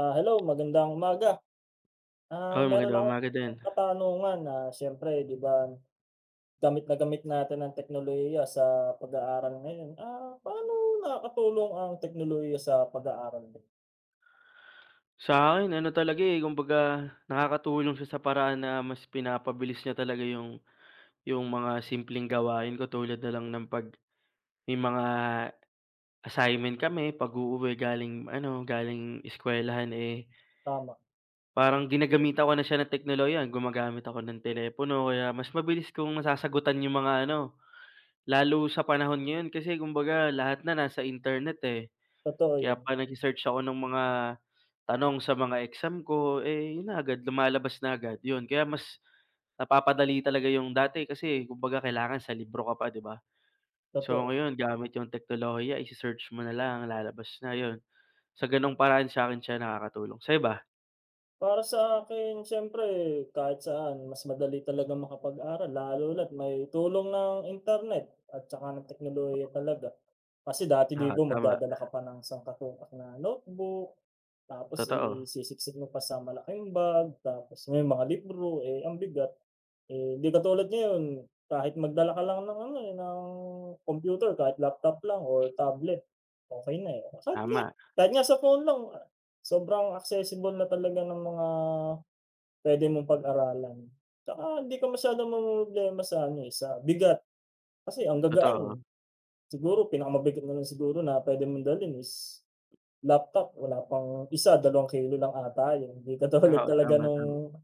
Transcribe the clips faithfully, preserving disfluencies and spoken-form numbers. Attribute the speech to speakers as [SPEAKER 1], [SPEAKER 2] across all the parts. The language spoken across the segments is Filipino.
[SPEAKER 1] Ah, hello, magandang umaga. Ah,
[SPEAKER 2] Uy,
[SPEAKER 1] meron
[SPEAKER 2] magandang
[SPEAKER 1] ako
[SPEAKER 2] umaga din.
[SPEAKER 1] katanungan na siyempre, 'di ba, gamit na gamit natin ang teknolohiya sa pag-aaral ngayon. Ah, paano nakakatulong ang teknolohiya sa pag-aaral mo?
[SPEAKER 2] Sa'kin ano talaga, eh, kumbaga nakakatulong siya sa paraan na mas pinapabilis niya talaga yung yung mga simpleng gawain ko tulad na lang ng 'pag may mga assignment kami 'pag uuwi galing ano, galing eskuwelahan, eh,
[SPEAKER 1] Tama,
[SPEAKER 2] parang ginagamitan ko na siya ng teknolohiya, gumagamit ako ng telepono kaya mas mabilis kong masasagutan yung mga ano, lalo sa panahon ngayon kasi kumbaga lahat na nasa internet, eh.
[SPEAKER 1] totoo 'yun,
[SPEAKER 2] Kaya pa nagse-search ako ng mga tanong sa mga exam ko, eh, yun na agad lumalabas na agad yun. Kaya mas napapadali talaga yung dati kasi kumbaga kailangan sa libro ka pa, 'di ba? So
[SPEAKER 1] totoo.
[SPEAKER 2] ngayon gamit yung teknolohiya ise-search mo na lang lalabas na yun. Sa ganong paraan sa'kin siya nakakatulong, sa'yo ba?
[SPEAKER 1] Para sa akin siyempre kahit saan mas madali talaga makapag-aral lalo na't may tulong ng internet at saka ng teknolohiya talaga. Kasi dati 'di
[SPEAKER 2] Oo,
[SPEAKER 1] ba,
[SPEAKER 2] tama.
[SPEAKER 1] magdadala ka pa ng sangkatutak na notebook. Tapos, eh,
[SPEAKER 2] Totoo,
[SPEAKER 1] sisiksik mo pa sa malaking bag, tapos may mga libro, eh, ang bigat. Eh, hindi katulad ngayon, kahit magdala ka lang ng ano, eh, ng computer, kahit laptop lang or tablet, okay na, eh. Kahit nga
[SPEAKER 2] tama.
[SPEAKER 1] kahit nga sa phone lang, ah, sobrang accessible na talaga ng mga pwede mong pag-aralan. Tsaka hindi ka masyadong mamomroblema sa ano, eh, sa bigat, kasi ang gagaan, eh.
[SPEAKER 2] Totoo.
[SPEAKER 1] Siguro pinakamabigat na lang siguro na pwede mong dalhin is laptop, wala pang isa dalawang kilo lang ata yun, hindi katulad
[SPEAKER 2] Oo,
[SPEAKER 1] talaga
[SPEAKER 2] tama, tama.
[SPEAKER 1] nung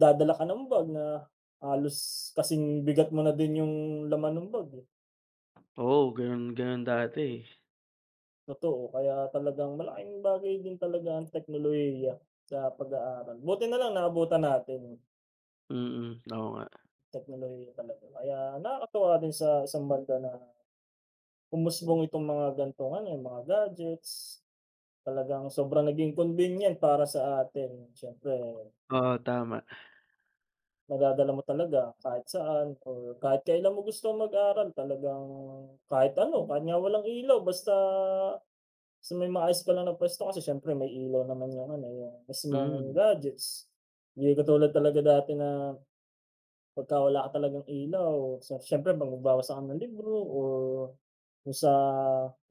[SPEAKER 1] dadala ka ng bag na halos kasing bigat mo na din yung laman ng bag, eh,
[SPEAKER 2] Oo, ganun ganun dati, eh.
[SPEAKER 1] totoo. Kaya talagang malaking bagay din talaga ang teknolohiya sa pag-aaral. Buti na lang naabutan natin yung
[SPEAKER 2] Mm, oo nga.
[SPEAKER 1] teknolohiya talaga. Kaya nakakatuwa din sa isang banda na umusbong itong mga ganitong ano, eh, mga gadgets, talagang sobrang naging convenient para sa atin. Siyempre
[SPEAKER 2] Oo, tama.
[SPEAKER 1] nadadala mo talaga kahit saan or kahit kailan mo gusto mag-aral, talagang kahit ano, kahit nga walang ilaw basta sa may maayos ka lang na puwesto kasi siyempre may ilaw naman yung ano, yung mismong
[SPEAKER 2] Hmm,
[SPEAKER 1] gadgets. Hindi katulad talaga dati na pagka wala ka talagang ilaw, so siyempre 'pag magbabasa ka ng libro o yung sa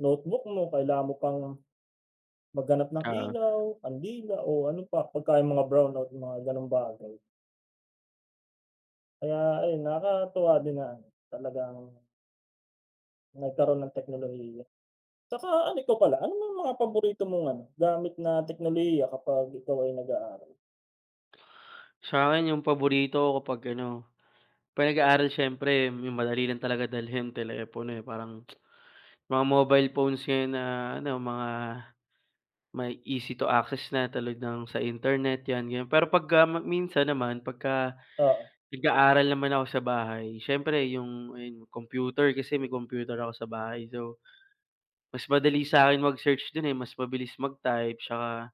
[SPEAKER 1] notebook mo kailangan mo pang maghanap ng
[SPEAKER 2] oo.
[SPEAKER 1] ilaw, kandila o ano pa, pagka yung mga brownout, mga gano'ng bagay. Kaya ayun, nakakatuwa din na ano, talagang nagkaroon ng teknolohiya. 'Tsaka ano, ikaw pala, ano yung mga paborito mong ano, gamit na teknolohiya kapag ikaw ay nag-aaral?
[SPEAKER 2] Sa'kin yung paborito ko kapag ano. 'Pag nag-aaral siyempre yung madali lang talaga dalhin telepono, eh, parang mga mobile phones ngayon na ano, mga may easy to access na tulad ng sa internet 'yan, ganyan. Pero pagka ma minsan naman pagka
[SPEAKER 1] Oo,
[SPEAKER 2] nag-aaral naman ako sa bahay siyempre yung ayun computer kasi may computer ako sa bahay. So, mas madali sa'kin mag-search dun, eh, mas mabilis mag-type tsaka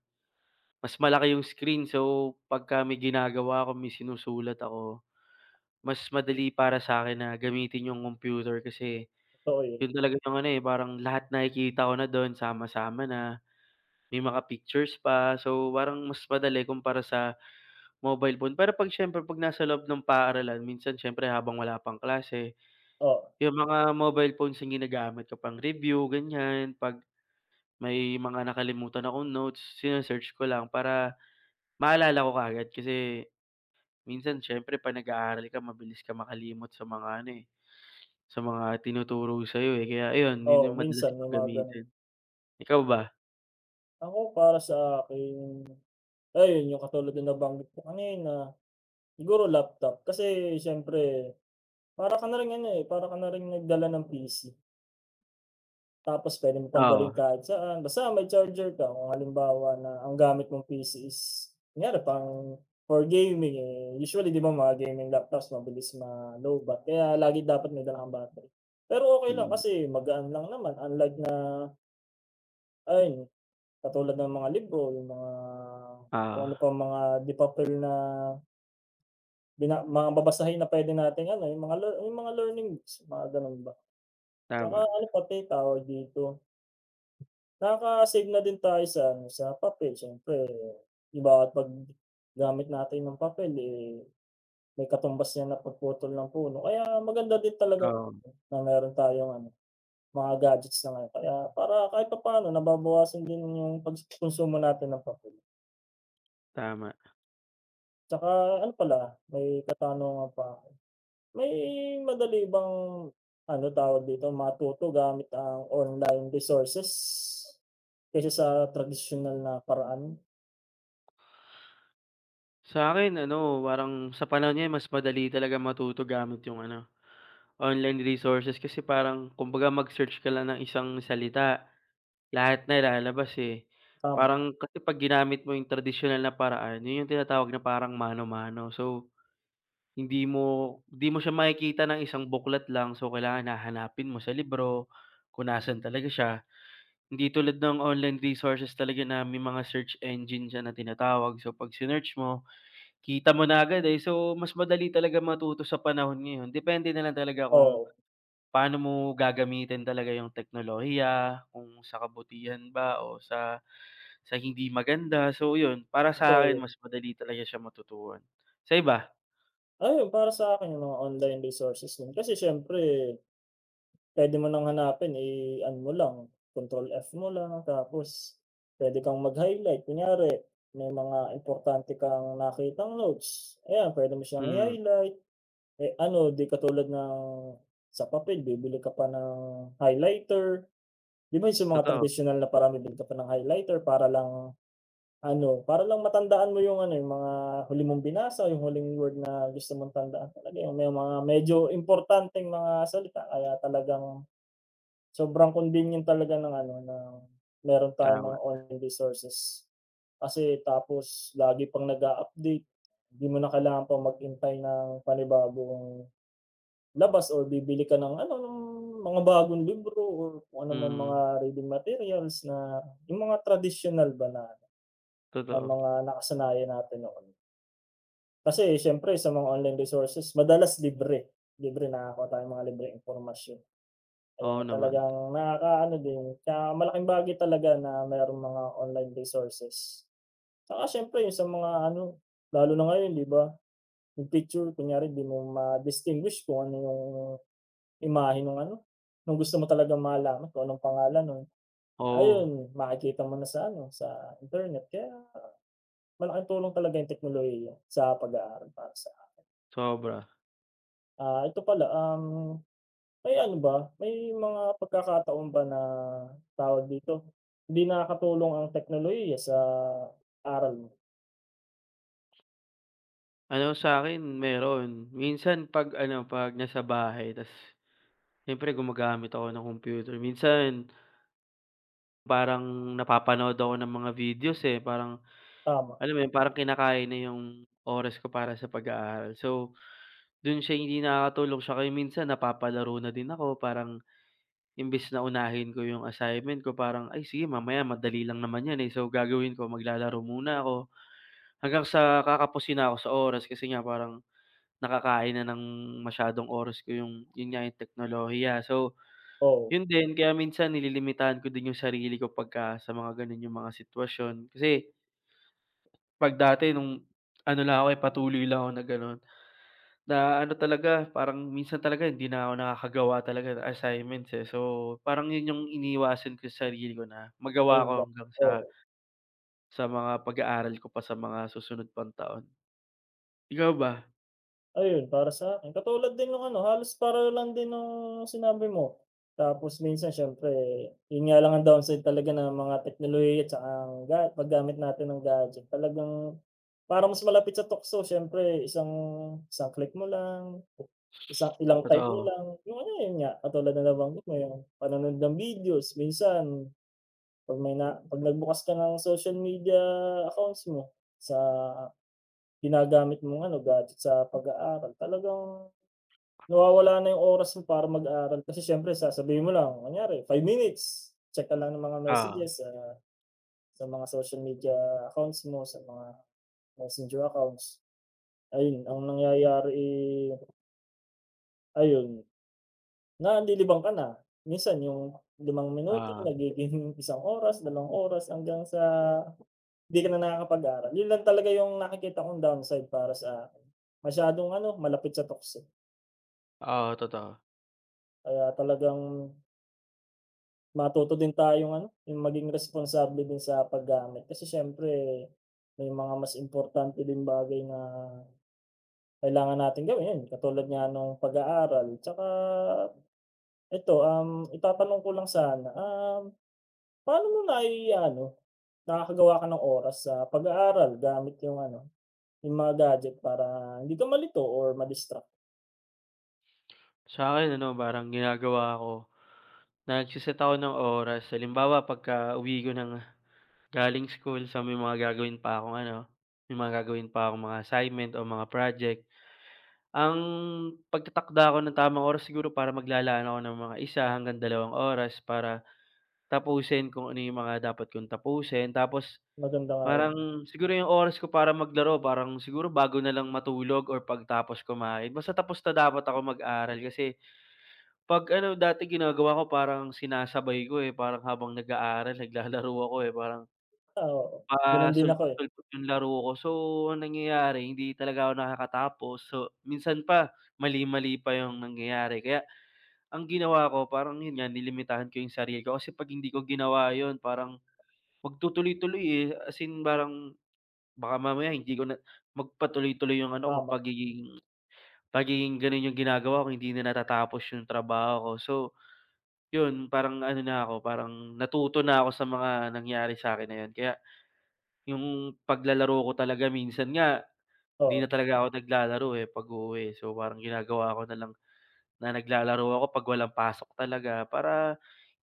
[SPEAKER 2] mas malaki yung screen. So, pagka may ginagawa ako, may sinusulat ako, mas madali para sa'kin na gamitin yung computer kasi
[SPEAKER 1] totoo yun.
[SPEAKER 2] yun talaga yung ano, eh, parang lahat nakikita ko na dun, sama-sama na, may mga pictures pa. So, parang mas madali kumpara sa mobile phone. Pero 'pag siyempre 'pag nasa loob ng paaralan minsan siyempre habang wala pang klase,
[SPEAKER 1] Oo,
[SPEAKER 2] yung mga mobile phones yung ginagamit ko pang review, ganyan. 'Pag may mga nakalimutan akong notes, sine ko lang para maalala ko kaagad kasi minsan siyempre 'pag nag-aaral ka mabilis ka makalimot sa mga ano, eh, sa mga tinuturo sa'yo, eh. Kaya ayun,
[SPEAKER 1] oo,
[SPEAKER 2] yun yung madalas
[SPEAKER 1] minsan may
[SPEAKER 2] kong
[SPEAKER 1] mga gano'n.
[SPEAKER 2] gamitin. Ikaw ba?
[SPEAKER 1] Ako para sa akin, ayun yung katulad na nabanggit ko kanina, siguro laptop. Kasi siyempre para ka na ring ano, eh, para ka na ring nagdala ng P C. Tapos puwede mo pang
[SPEAKER 2] Oo.
[SPEAKER 1] dalhin kahit saan, basta may charger ka. Kung halimbawa na ang gamit mong P C is kunyari pang for gaming, eh, usually 'di ba mga gaming laptops mabilis ma-lowbatt kaya lagi dapat may dala kang battery. Pero okay lang
[SPEAKER 2] Hmm,
[SPEAKER 1] kasi magaan lang naman, unlike na ayun, katulad ng mga libro, yung mga kung
[SPEAKER 2] oo,
[SPEAKER 1] ano pang mga di papel na bina mga babasahin na puwede nating ano, yung mga lear yung mga learning books, mga gano'n ba. Tsaka
[SPEAKER 2] tama.
[SPEAKER 1] ano pati, tawag dito, nakaka-save na din tayo sa ano, sa papel siyempre, 'di ba, at pag gamit natin ng papel, eh, may katumbas niyan na pagputol ng puno kaya maganda din talaga
[SPEAKER 2] Oo,
[SPEAKER 1] na meron tayong ano, mga gadgets na ngayon kaya para kahit papaano nababawasan din yung pag natin ng papel.
[SPEAKER 2] tama.
[SPEAKER 1] Tsaka ano pala, may katanungan pa ako, may madali bang ano, tawag dito, matuto gamit ang online resources kaysa sa tradisyonal na paraan?
[SPEAKER 2] Sa'kin ano, parang sa panahon ngayon mas madali talaga matuto gamit yung ano, online resources kasi parang kumbaga mag-search ka lang ng isang salita, lahat na lalabas, eh.
[SPEAKER 1] Tama.
[SPEAKER 2] Parang kasi 'pag ginamit mo yung tradisyonal na paraan, yun yung tinatawag na parang mano-mano. So, hindi mo hindi mo siya makikita ng isang buklat lang, so kailangan hahanapin mo sa libro kung nasaan talaga siya. Hindi tulad ng online resources talaga na may mga search engine siya na tinatawag. So, 'pag sinearch mo, kita mo na agad, eh. So, mas madali talaga matuto sa panahon ngayon. Depende na lang talaga kung
[SPEAKER 1] Oo,
[SPEAKER 2] paano mo gagamitin talaga yung teknolohiya, kung sa kabutihan ba o sa sa hindi maganda. So, yun, para sa
[SPEAKER 1] totoo
[SPEAKER 2] akin
[SPEAKER 1] yun.
[SPEAKER 2] mas madali talaga siya matutuhan. Sa iba?
[SPEAKER 1] Ayun para sa akin yung mga online resources din kasi siyempre pwede mo ng hanapin, i ano mo lang, control F mo lang tapos pwede kang mag-highlight. Kunyari may mga importante kang nakitang notes, ayan pwede mo siyang
[SPEAKER 2] Mm,
[SPEAKER 1] i-highlight. Eh, ano, 'di katulad ng sa papel bibili ka pa ng highlighter, 'di ba yung sa mga
[SPEAKER 2] totoo,
[SPEAKER 1] tradisyonal na parang bibili ka pa ng highlighter para lang ano, para lang matandaan mo yung ano, yung mga huli mong binasa, yung huling word na gusto mong tandaan talaga yung may mga medyo importanteng mga salita kaya talagang sobrang convenient talaga ng ano, ng meron tayong mga
[SPEAKER 2] tama.
[SPEAKER 1] online resources. Kasi tapos lagi pang nag-a-update, hindi mo na kailangan pang maghintay ng panibagong labas or bibili ka ng ano, ng mga bagong libro or kung ano mang mga
[SPEAKER 2] Mm,
[SPEAKER 1] reading materials na yung mga traditional ba na ng
[SPEAKER 2] totoo.
[SPEAKER 1] mga nakasanayan natin noon. Kasi siyempre sa mga online resources madalas libre, libre nakakuha tayo ng mga libreng impormasyon. Kaya
[SPEAKER 2] Oo naman.
[SPEAKER 1] talagang nakakaano din, kaya malaking bagay talaga na mayroong mga online resources. Tsaka siyempre yung sa mga ano, lalo na ngayon 'di ba, yung picture kunyari 'di mo ma-distinguish kung ano yung imahe nung ano, nung gusto mo talaga malaman kung anong pangalan nun,
[SPEAKER 2] Oo,
[SPEAKER 1] ayun makikita mo na sa ano, sa internet. Kaya malaking tulong talaga yung teknolohiya sa pag-aaral para sa
[SPEAKER 2] sobra.
[SPEAKER 1] Ah, ito pala, um, may ano ba, may mga pagkakataon ba na, tawag dito, hindi nakakatulong ang teknolohiya sa aral mo?
[SPEAKER 2] Ano sa'kin meron. Minsan 'pag ano, 'pag nasa bahay ta's siyempre gumagamit ako ng computer. Minsan parang napapanood ako ng mga videos, eh, parang
[SPEAKER 1] Tama,
[SPEAKER 2] alam mo 'yun, parang kinakain na 'yung oras ko para sa pag-aaral. So, dun siya hindi nakakatulong siya kaya minsan napapalaro na din ako parang imbes na unahin ko 'yung assignment ko parang, "Ay sige mamaya madali lang naman 'yan, eh." So, gagawin ko maglalaro muna ako hanggang sa kakapusin na ako sa oras kasi nga parang nakakain na ng masyadong oras ko yung yun nga, yung teknolohiya. So,
[SPEAKER 1] oo,
[SPEAKER 2] yun din kaya minsan nililimitahan ko din yung sarili ko pagka sa mga gano'n yung mga sitwasyon. Kasi 'pag dati nung ano lang ako, eh, patuloy lang ako na gano'n, na ano talaga, parang minsan talaga hindi na ako nakakagawa talaga ng assignments, eh. So, parang yun yung iniiwasan ko sa sarili ko na magawa
[SPEAKER 1] ayun
[SPEAKER 2] ko
[SPEAKER 1] lang,
[SPEAKER 2] hanggang sa
[SPEAKER 1] oo.
[SPEAKER 2] sa mga pag-aaral ko pa sa mga susunod pang taon. Ikaw ba?
[SPEAKER 1] Ayun, para sa'kin katulad din nung ano, halos pareho lang din nung sinabi mo. Tapos minsan siyempre, yun nga lang ang downside talaga ng mga teknolohiya at saka ang ga paggamit natin ng gadget. Talagang para mas malapit sa tukso siyempre isang isang click mo lang, isang ilang type mo
[SPEAKER 2] Totoo?
[SPEAKER 1] lang, yung ano, yun nga, katulad na nabanggit mo, yung panonood ng videos. Minsan 'pag may na 'pag nagbukas ka ng social media accounts mo sa ginagamit mong ano, gadget sa pag-aaral, talagang nawawala na yung oras mo para mag-aral kasi siyempre sasabihin mo lang, kunyari five minutes, check ka lang ng mga
[SPEAKER 2] Oo,
[SPEAKER 1] messages, ah, sa mga social media accounts mo, sa mga messenger accounts. Ayun, ang nangyayari, eh, ayun, nalilibang ka na. Minsan yung limang minuto
[SPEAKER 2] oo,
[SPEAKER 1] nagiging isang oras, dalawang oras hanggang sa hindi ka na nakakapag-aral. Yun lang talaga yung nakikita kong downside para sa akin. Masyadong ano, malapit sa toxic.
[SPEAKER 2] oo, totoo.
[SPEAKER 1] Kaya talagang matuto din tayong ano, yung maging responsable din sa paggamit. Kasi siyempre, may mga mas importante din bagay na kailangan natin gawin. Yun, katulad nga nung pag-aaral. Tsaka, ito, um, itatanong ko lang sana, um, paano mo na i- ano, nakakagawa ka ng oras sa pag-aaral gamit yung ano, yung mga gadget para hindi ka malito or madistract, distract
[SPEAKER 2] Sa'kin ano, parang ginagawa ko, nagse-set ako ng oras. Halimbawa, pagkauwi ko ng galing school sa may mga gagawin pa akong ano, may mga gagawin pa akong mga assignment o mga project. Ang pagtatakda ko ng tamang oras siguro para maglalaan ako ng mga isa hanggang dalawang oras para tapusin kung ano yung mga dapat kong tapusin. Tapos
[SPEAKER 1] Maganda nga yun.
[SPEAKER 2] parang siguro yung oras ko para maglaro parang siguro bago na lang matulog or pagtapos kumain. Basta tapos na dapat ako mag-aral kasi 'pag ano dati ginagawa ko parang sinasabay ko, eh, parang habang nag-aaral naglalaro ako, eh, parang
[SPEAKER 1] Ah, oo. Ganun din ako eh.
[SPEAKER 2] pasulpot-sulpot yung laro ko. So, ang nangyayari hindi talaga ako nakakatapos. So, minsan pa mali-mali pa yung nangyayari. Kaya ang ginawa ko parang yun nga nilimitahan ko yung sarili ko kasi 'pag hindi ko ginawa yun parang magtutuloy-tuloy, eh, as in parang baka mamaya hindi ko na magpatuloy-tuloy yung ano ko
[SPEAKER 1] Tama.
[SPEAKER 2] pagiging pagiging ganun yung ginagawa ko hindi na natatapos yung trabaho ko. So, yun, parang ano na ako, parang natuto na ako sa mga nangyari sa'kin na yun. Kaya yung paglalaro ko talaga minsan nga hindi
[SPEAKER 1] Oo.
[SPEAKER 2] na talaga ako naglalaro, eh, pag-uuwi. So, parang ginagawa ko na lang na naglalaro ako 'pag walang pasok talaga para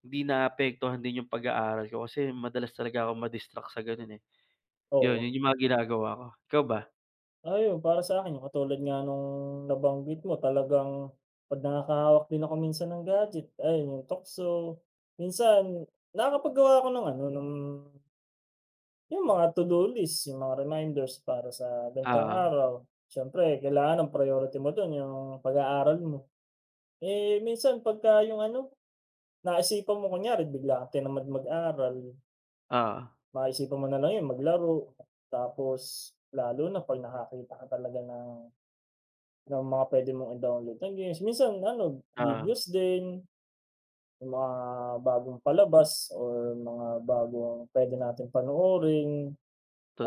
[SPEAKER 2] hindi naapektuhan din yung pag-aaral ko kasi madalas talaga akong ma-distract sa gano'n, eh. Yun,
[SPEAKER 1] Oo.
[SPEAKER 2] yun yung mga ginagawa ko. Ikaw ba?
[SPEAKER 1] Ayun, para sa akin yung katulad nga nung nabanggit mo talagang 'pag nakakahawak din ako minsan ng gadget, ayun yung tukso. Minsan nakakapaggawa ako ng ano, ng yung mga to-do list, yung mga reminders para sa ganitong
[SPEAKER 2] Oo,
[SPEAKER 1] araw. Siyempre kailangan ang priority mo dun yung pag-aaral mo. Eh, minsan pagka yung ano, naisipan mo kunyari bigla kang tinamad mag-aral,
[SPEAKER 2] oo,
[SPEAKER 1] maisipan mo na lang yun maglaro. Tapos lalo na 'pag nakakita ka talaga ng Ng mga puwede mong i-download na games, minsan ano,
[SPEAKER 2] oo,
[SPEAKER 1] videos din, yung mga bagong palabas or mga bagong puwede natin panoorin.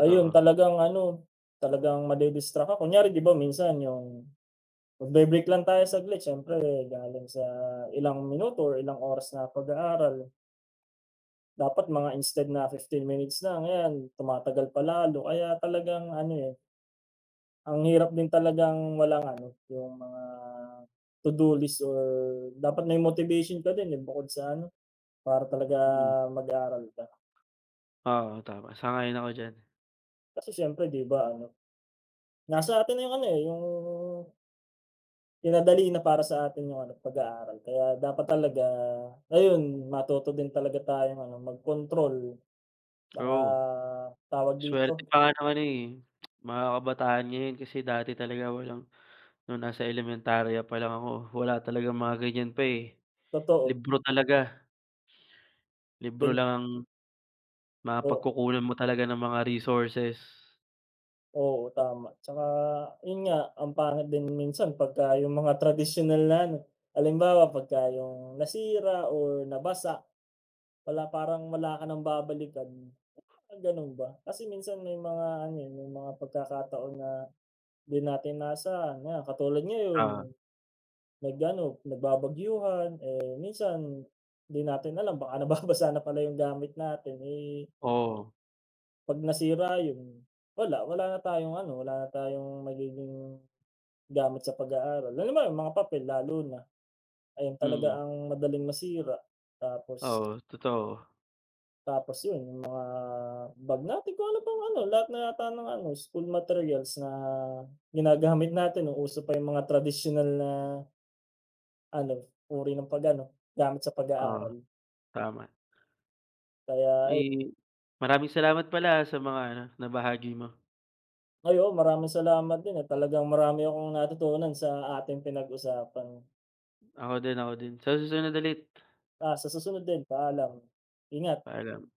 [SPEAKER 1] Ayun, talagang ano, talagang madi-distract ka. Kunyari 'di ba minsan yung magbe-break lang tayo saglit siyempre galing sa ilang minuto or ilang oras na pag-aaral, dapat mga instead na fifteen minutes lang, ayan tumatagal pa lalo. Kaya talagang ano, eh, ang hirap din talagang walang ano, yung mga to-do list or dapat may motivation ka din, eh, bukod sa ano, para talaga
[SPEAKER 2] Mm,
[SPEAKER 1] mag-aral ka.
[SPEAKER 2] oo, tama, sang-ayon ako diyan.
[SPEAKER 1] Kasi siyempre 'di ba ano, nasa atin na yung ano, eh, yung pinadali na para sa atin yung ano, pag-aaral. Kaya dapat talaga ayun, matuto din talaga tayong ano, mag-control tsaka
[SPEAKER 2] Oo.
[SPEAKER 1] tawag dito,
[SPEAKER 2] Swerte pa nga naman ano, eh, mga kabataan ngayon kasi dati talaga walang nung nasa elementarya pa lang ako wala talagang mga ganyan pa, eh.
[SPEAKER 1] totoo,
[SPEAKER 2] Libro talaga, libro
[SPEAKER 1] gan
[SPEAKER 2] lang ang
[SPEAKER 1] o
[SPEAKER 2] mapagkukunan mo talaga ng mga resources.
[SPEAKER 1] oo, tama. Tsaka yun nga, ang pangit din minsan pagka yung mga traditional na ano, halimbawa pagka yung nasira or nabasa, wala parang wala ka nang babalikan, ah, ganun ba? Kasi minsan may mga ano, eh, may mga pagkakataon na di natin naasahan, nga katulad
[SPEAKER 2] Ah,
[SPEAKER 1] ngayon, nag-ano, nagbabagyuhan, eh minsan di natin alam baka nababasa na pala yung gamit natin, eh
[SPEAKER 2] oo.
[SPEAKER 1] 'pag nasira yun, wala, wala na tayong ano, wala na tayong magiging gamit sa pag-aaral, lalo na yung mga papel lalo na, ayun talaga
[SPEAKER 2] Mm,
[SPEAKER 1] ang madaling masira. Tapos
[SPEAKER 2] oo, totoo.
[SPEAKER 1] tapos yun yung mga bag natin kung ano pang ano, lahat na yata ng ano, school materials na ginagamit natin nung uso pa yung mga traditional na ano, uri ng pag-ano, gamit sa
[SPEAKER 2] Oo,
[SPEAKER 1] pag-aaral.
[SPEAKER 2] tama.
[SPEAKER 1] Kaya ayun.
[SPEAKER 2] Ay, maraming salamat pala, ah, sa mga ano, nabahagi mo.
[SPEAKER 1] Ay, oo, maraming salamat din at talagang marami akong natutunan sa ating pinag-usapan.
[SPEAKER 2] Ako din, ako din. Sa susunod ulit,
[SPEAKER 1] Ah, sa susunod din, paalam. Ingat.
[SPEAKER 2] paalam.